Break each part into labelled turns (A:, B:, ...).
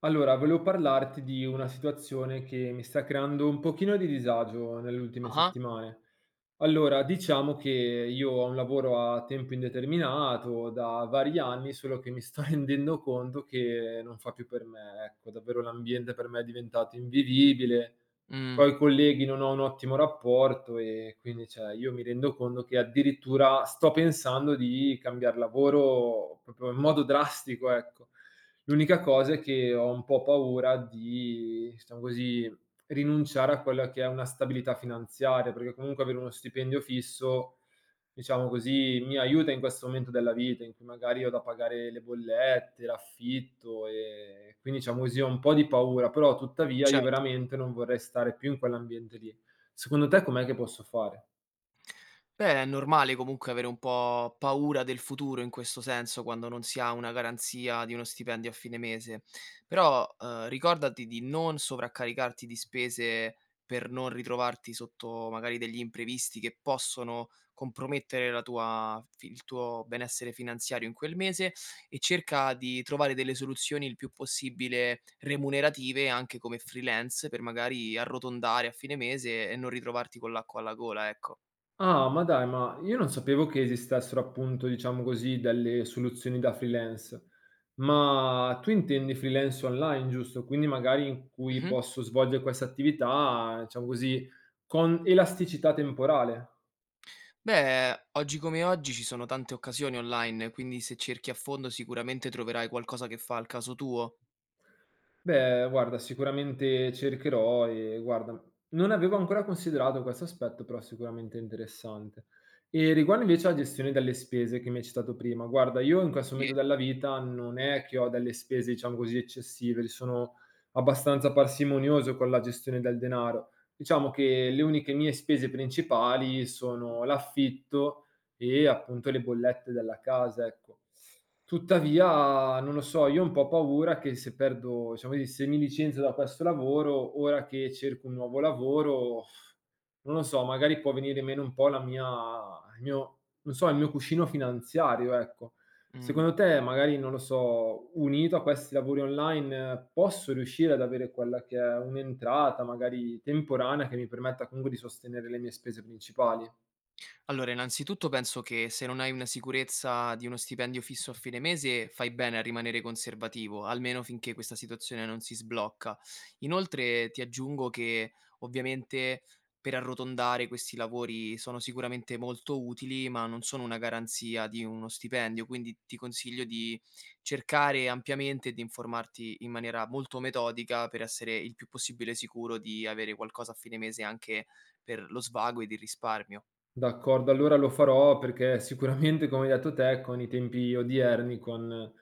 A: Allora, volevo parlarti di una situazione che mi sta creando un pochino di disagio nelle ultime
B: Ah-ah.
A: settimane. Allora, diciamo che io ho un lavoro a tempo indeterminato da vari anni, solo che mi sto rendendo conto che non fa più per me, ecco, davvero l'ambiente per me è diventato invivibile.
B: Mh.
A: Coi colleghi non ho un ottimo rapporto e quindi, cioè, io mi rendo conto che addirittura sto pensando di cambiar lavoro proprio in modo drastico, ecco. L'unica cosa è che ho un po' paura di, diciamo così, rinunciare a quella che è una stabilità finanziaria, perché comunque avere uno stipendio fisso, diciamo così, mi aiuta in questo momento della vita in cui magari ho da pagare le bollette, l'affitto e quindi diciamo così ho un po' di paura, però tuttavia io
B: Cer
A: veramente non vorrei stare più in quell'ambiente lì. Secondo te com'è che posso fare?
B: beh, è normale comunque avere un po' paura del futuro in questo senso quando non si ha una garanzia di uno stipendio a fine mese, però ricordati di non sovraccaricarti di spese per non ritrovarti sotto magari degli imprevisti che possono compromettere la tua il tuo benessere finanziario in quel mese e cerca di trovare delle soluzioni il più possibile remunerative anche come freelance per magari arrotondare a fine mese e non ritrovarti con l'acqua alla gola, ecco.
A: Ah, ma dai, ma io non sapevo che esistessero appunto, diciamo così, delle soluzioni da freelance. Ma tu intendi freelance online, giusto? Quindi magari in cui
B: Mhm.
A: posso svolgere questa attività, diciamo così, con elasticità temporale.
B: Beh, oggi come oggi ci sono tante occasioni online, quindi se cerchi a fondo sicuramente troverai qualcosa che fa al caso tuo.
A: Beh, guarda, sicuramente cercherò e guarda, non avevo ancora considerato questo aspetto, però sicuramente è interessante. E riguardo invece alla gestione delle spese che mi hai citato prima, guarda, io in questo
B: Sì.
A: momento della vita non è che ho delle spese, diciamo così, eccessive, sono abbastanza parsimonioso con la gestione del denaro. Diciamo che le uniche mie spese principali sono l'affitto e appunto le bollette della casa, ecco. Tuttavia, non lo so, io ho un po' paura che se perdo diciamo così, se mi licenzio da questo lavoro, ora che cerco un nuovo lavoro, non lo so, magari può venire meno un po' la mia il mio non so, il mio cuscino finanziario, ecco.
B: Mh.
A: Secondo te magari, non lo so, unito a questi lavori online, posso riuscire ad avere quella che è un'entrata, magari temporanea, che mi permetta comunque di sostenere le mie spese principali?
B: Allora, innanzitutto penso che se non hai una sicurezza di uno stipendio fisso a fine mese, fai bene a rimanere conservativo, almeno finché questa situazione non si sblocca. Inoltre ti aggiungo che ovviamente per arrotondare questi lavori sono sicuramente molto utili, ma non sono una garanzia di uno stipendio, quindi ti consiglio di cercare ampiamente e di informarti in maniera molto metodica per essere il più possibile sicuro di avere qualcosa a fine mese anche per lo svago ed il risparmio.
A: D'accordo, allora lo farò perché sicuramente, come hai detto te, con i tempi odierni, con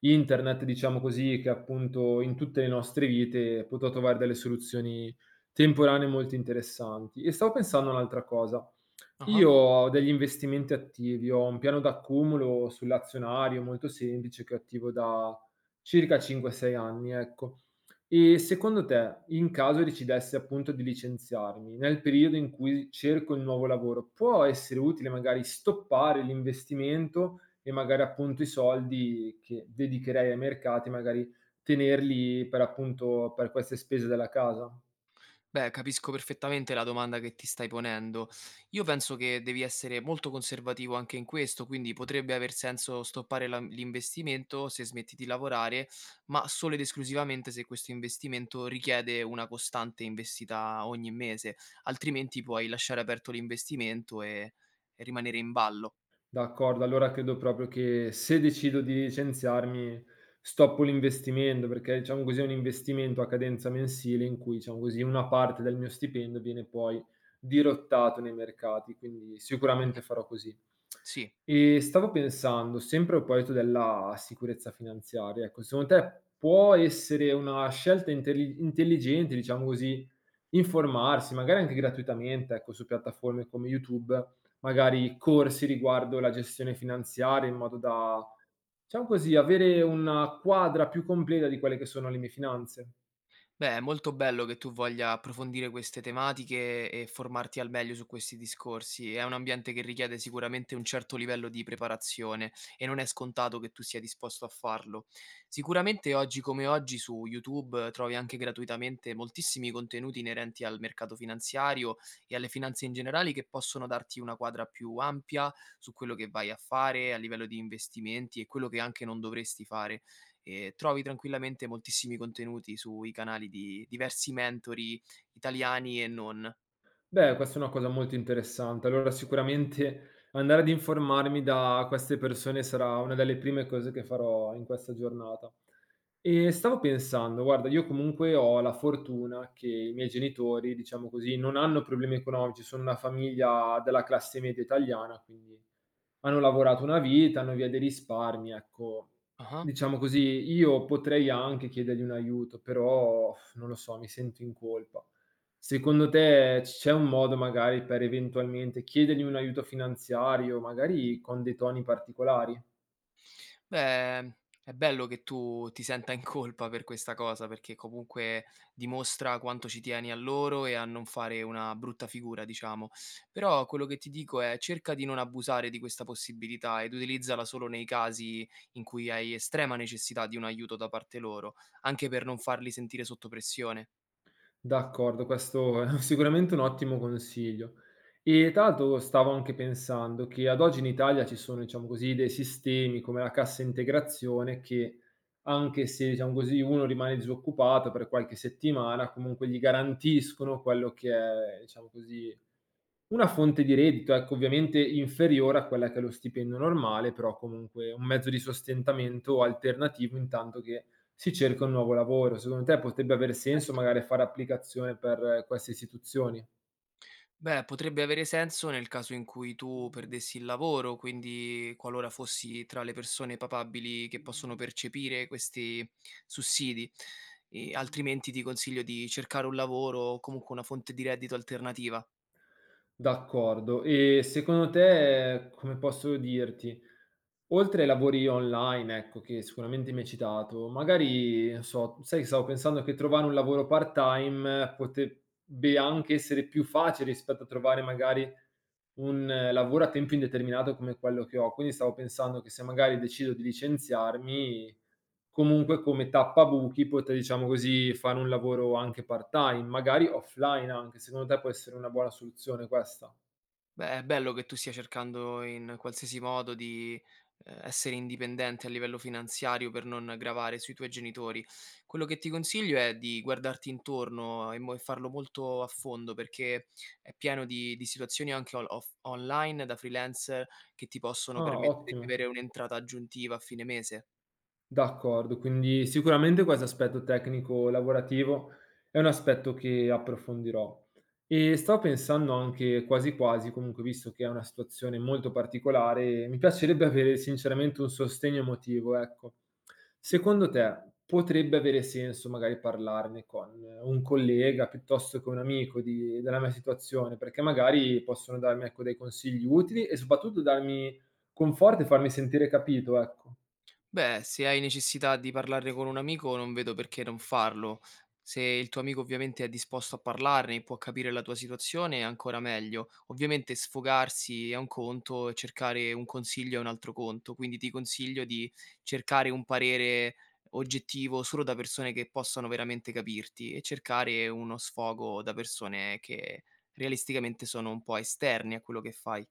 A: internet, diciamo così, che appunto in tutte le nostre vite potrò trovare delle soluzioni temporanee molto interessanti. E stavo pensando a un'altra cosa.
B: Ah.
A: Io ho degli investimenti attivi, ho un piano d'accumulo sull'azionario molto semplice che attivo da circa 5-6 anni, ecco. E secondo te, in caso decidessi appunto di licenziarmi, nel periodo in cui cerco il nuovo lavoro, può essere utile magari stoppare l'investimento e magari appunto i soldi che dedicherei ai mercati, magari tenerli per appunto per queste spese della casa?
B: Beh, capisco perfettamente la domanda che ti stai ponendo. Io penso che devi essere molto conservativo anche in questo, quindi potrebbe aver senso stoppare l'investimento se smetti di lavorare, ma solo ed esclusivamente se questo investimento richiede una costante investita ogni mese, altrimenti puoi lasciare aperto l'investimento e rimanere in ballo.
A: D'accordo, allora credo proprio che se decido di licenziarmi, stoppo l'investimento, perché diciamo così è un investimento a cadenza mensile in cui, diciamo così, una parte del mio stipendio viene poi dirottato nei mercati, quindi sicuramente
B: Mhm.
A: farò così.
B: Sì.
A: E stavo pensando, sempre a proposito della sicurezza finanziaria, ecco, secondo te può essere una scelta intelligente, diciamo così, informarsi, magari anche gratuitamente, ecco, su piattaforme come YouTube, magari corsi riguardo la gestione finanziaria in modo da, diciamo così, avere una quadra più completa di quelle che sono le mie finanze.
B: Beh, è molto bello che tu voglia approfondire queste tematiche e formarti al meglio su questi discorsi. È un ambiente che richiede sicuramente un certo livello di preparazione e non è scontato che tu sia disposto a farlo. Sicuramente oggi come oggi su YouTube trovi anche gratuitamente moltissimi contenuti inerenti al mercato finanziario e alle finanze in generale che possono darti una quadra più ampia su quello che vai a fare a livello di investimenti e quello che anche non dovresti fare e trovi tranquillamente moltissimi contenuti sui canali di diversi mentori italiani e non.
A: Beh, questa è una cosa molto interessante. Allora sicuramente andare ad informarmi da queste persone sarà una delle prime cose che farò in questa giornata. E stavo pensando, guarda, io comunque ho la fortuna che i miei genitori, diciamo così, non hanno problemi economici, sono una famiglia della classe media italiana, quindi hanno lavorato una vita, hanno via dei risparmi, ecco.
B: Ah-ah.
A: Diciamo così, io potrei anche chiedergli un aiuto, però non lo so, mi sento in colpa. Secondo te c'è un modo magari per eventualmente chiedergli un aiuto finanziario, magari con dei toni particolari?
B: Beh, è bello che tu ti senta in colpa per questa cosa, perché comunque dimostra quanto ci tieni a loro e a non fare una brutta figura, diciamo. Però quello che ti dico è: cerca di non abusare di questa possibilità ed utilizzala solo nei casi in cui hai estrema necessità di un aiuto da parte loro, anche per non farli sentire sotto pressione.
A: D'accordo, questo è sicuramente un ottimo consiglio. E tra l'altro stavo anche pensando che ad oggi in Italia ci sono, diciamo così, dei sistemi come la cassa integrazione che anche se, diciamo così, uno rimane disoccupato per qualche settimana, comunque gli garantiscono quello che è, diciamo così, una fonte di reddito, ecco, ovviamente inferiore a quella che è lo stipendio normale, però comunque un mezzo di sostentamento alternativo intanto che si cerca un nuovo lavoro. Secondo te potrebbe aver senso magari fare applicazione per queste istituzioni?
B: Beh, potrebbe avere senso nel caso in cui tu perdessi il lavoro, quindi qualora fossi tra le persone papabili che possono percepire questi sussidi, e altrimenti ti consiglio di cercare un lavoro o comunque una fonte di reddito alternativa.
A: D'accordo. E secondo te, come posso dirti, oltre ai lavori online, ecco, che sicuramente mi hai citato, magari, non so, sai che stavo pensando che trovare un lavoro part-time potebbe anche essere più facile rispetto a trovare magari un lavoro a tempo indeterminato come quello che ho. Quindi stavo pensando che se magari decido di licenziarmi, comunque come tappabuchi potrei, diciamo così, fare un lavoro anche part-time, magari offline anche. Secondo te può essere una buona soluzione questa?
B: Beh, è bello che tu stia cercando in qualsiasi modo di, essere indipendente a livello finanziario per non gravare sui tuoi genitori. Quello che ti consiglio è di guardarti intorno e mo e farlo molto a fondo, perché è pieno di situazioni anche on off online da freelancer che ti possono
A: Ah,
B: permettere di
A: ottimo.
B: avere un'entrata aggiuntiva a fine mese.
A: D'accordo, quindi sicuramente questo aspetto tecnico-lavorativo è un aspetto che approfondirò. E stavo pensando anche quasi quasi, comunque visto che è una situazione molto particolare, mi piacerebbe avere sinceramente un sostegno emotivo, ecco. Secondo te potrebbe avere senso magari parlarne con un collega piuttosto che un amico di della mia situazione? Perché magari possono darmi, ecco, dei consigli utili e soprattutto darmi conforto e farmi sentire capito, ecco.
B: Beh, se hai necessità di parlarne con un amico, non vedo perché non farlo. Se il tuo amico ovviamente è disposto a parlarne e può capire la tua situazione, è ancora meglio. Ovviamente sfogarsi è un conto e cercare un consiglio è un altro conto, quindi ti consiglio di cercare un parere oggettivo solo da persone che possano veramente capirti e cercare uno sfogo da persone che realisticamente sono un po' esterni a quello che fai.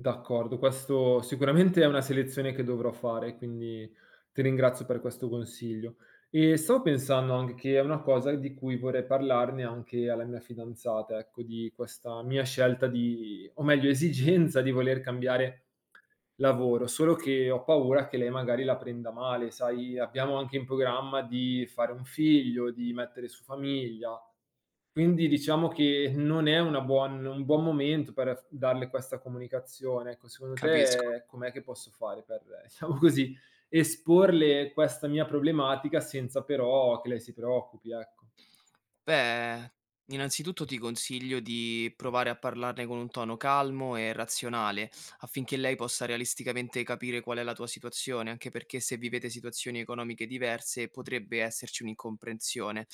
A: D'accordo, questo sicuramente è una selezione che dovrò fare, quindi ti ringrazio per questo consiglio. E stavo pensando anche che è una cosa di cui vorrei parlarne anche alla mia fidanzata, ecco, di questa mia scelta di o meglio esigenza di voler cambiare lavoro, solo che ho paura che lei magari la prenda male, sai, abbiamo anche in programma di fare un figlio, di mettere su famiglia. Quindi diciamo che non è una buon un buon momento per f darle questa comunicazione. Ecco, secondo
B: Capisco.
A: te com'è che posso fare per, diciamo così, esporle questa mia problematica senza però che lei si preoccupi, ecco?
B: Beh, innanzitutto ti consiglio di provare a parlarne con un tono calmo e razionale, affinché lei possa realisticamente capire qual è la tua situazione, anche perché se vivete situazioni economiche diverse potrebbe esserci un'incomprensione.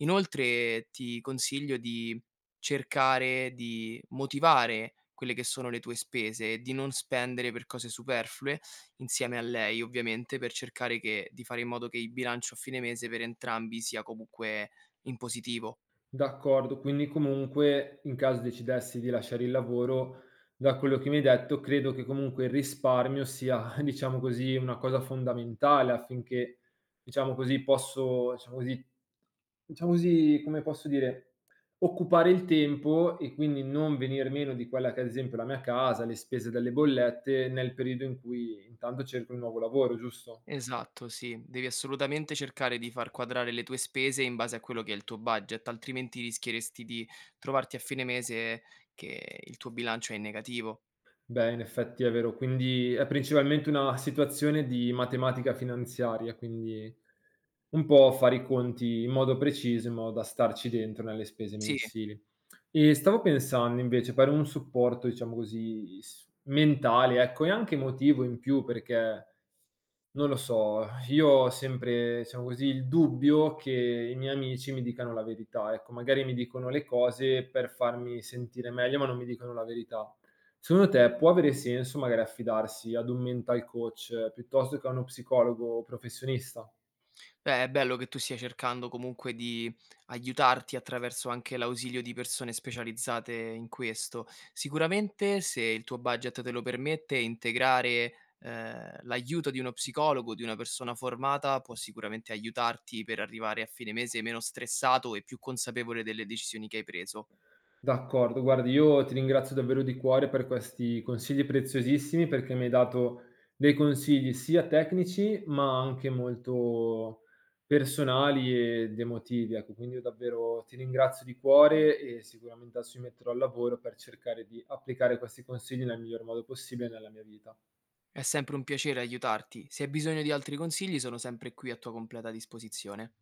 B: Inoltre ti consiglio di cercare di motivare quelle che sono le tue spese e di non spendere per cose superflue insieme a lei, ovviamente, per cercare di fare in modo che il bilancio a fine mese per entrambi sia comunque in positivo.
A: D'accordo, quindi comunque in caso decidessi di lasciare il lavoro, da quello che mi hai detto, credo che comunque il risparmio sia, diciamo così, una cosa fondamentale affinché, diciamo così, posso diciamo così, come posso dire, occupare il tempo e quindi non venir meno di quella che è ad esempio la mia casa, le spese delle bollette nel periodo in cui intanto cerco un nuovo lavoro, giusto?
B: Esatto, sì. Devi assolutamente cercare di far quadrare le tue spese in base a quello che è il tuo budget, altrimenti rischieresti di trovarti a fine mese che il tuo bilancio è in negativo.
A: Beh, in effetti è vero, quindi è principalmente una situazione di matematica finanziaria, quindi un po' fare i conti in modo preciso, in modo da starci dentro nelle spese
B: Sì.
A: mensili. E stavo pensando invece per un supporto, diciamo così, s mentale, ecco, e anche emotivo in più perché, non lo so, io ho sempre, diciamo così, il dubbio che i miei amici mi dicano la verità, ecco. Magari mi dicono le cose per farmi sentire meglio, ma non mi dicono la verità. Secondo te può avere senso magari affidarsi ad un mental coach piuttosto che a uno psicologo professionista?
B: Beh, è bello che tu stia cercando comunque di aiutarti attraverso anche l'ausilio di persone specializzate in questo. Sicuramente, se il tuo budget te lo permette, integrare, l'aiuto di uno psicologo, di una persona formata, può sicuramente aiutarti per arrivare a fine mese meno stressato e più consapevole delle decisioni che hai preso.
A: D'accordo, guardi io ti ringrazio davvero di cuore per questi consigli preziosissimi, perché mi hai dato dei consigli sia tecnici, ma anche molto personali ed emotivi, ecco. Quindi io davvero ti ringrazio di cuore e sicuramente adesso mi metterò al lavoro per cercare di applicare questi consigli nel miglior modo possibile nella mia vita.
B: È sempre un piacere aiutarti. Se hai bisogno di altri consigli, sono sempre qui a tua completa disposizione.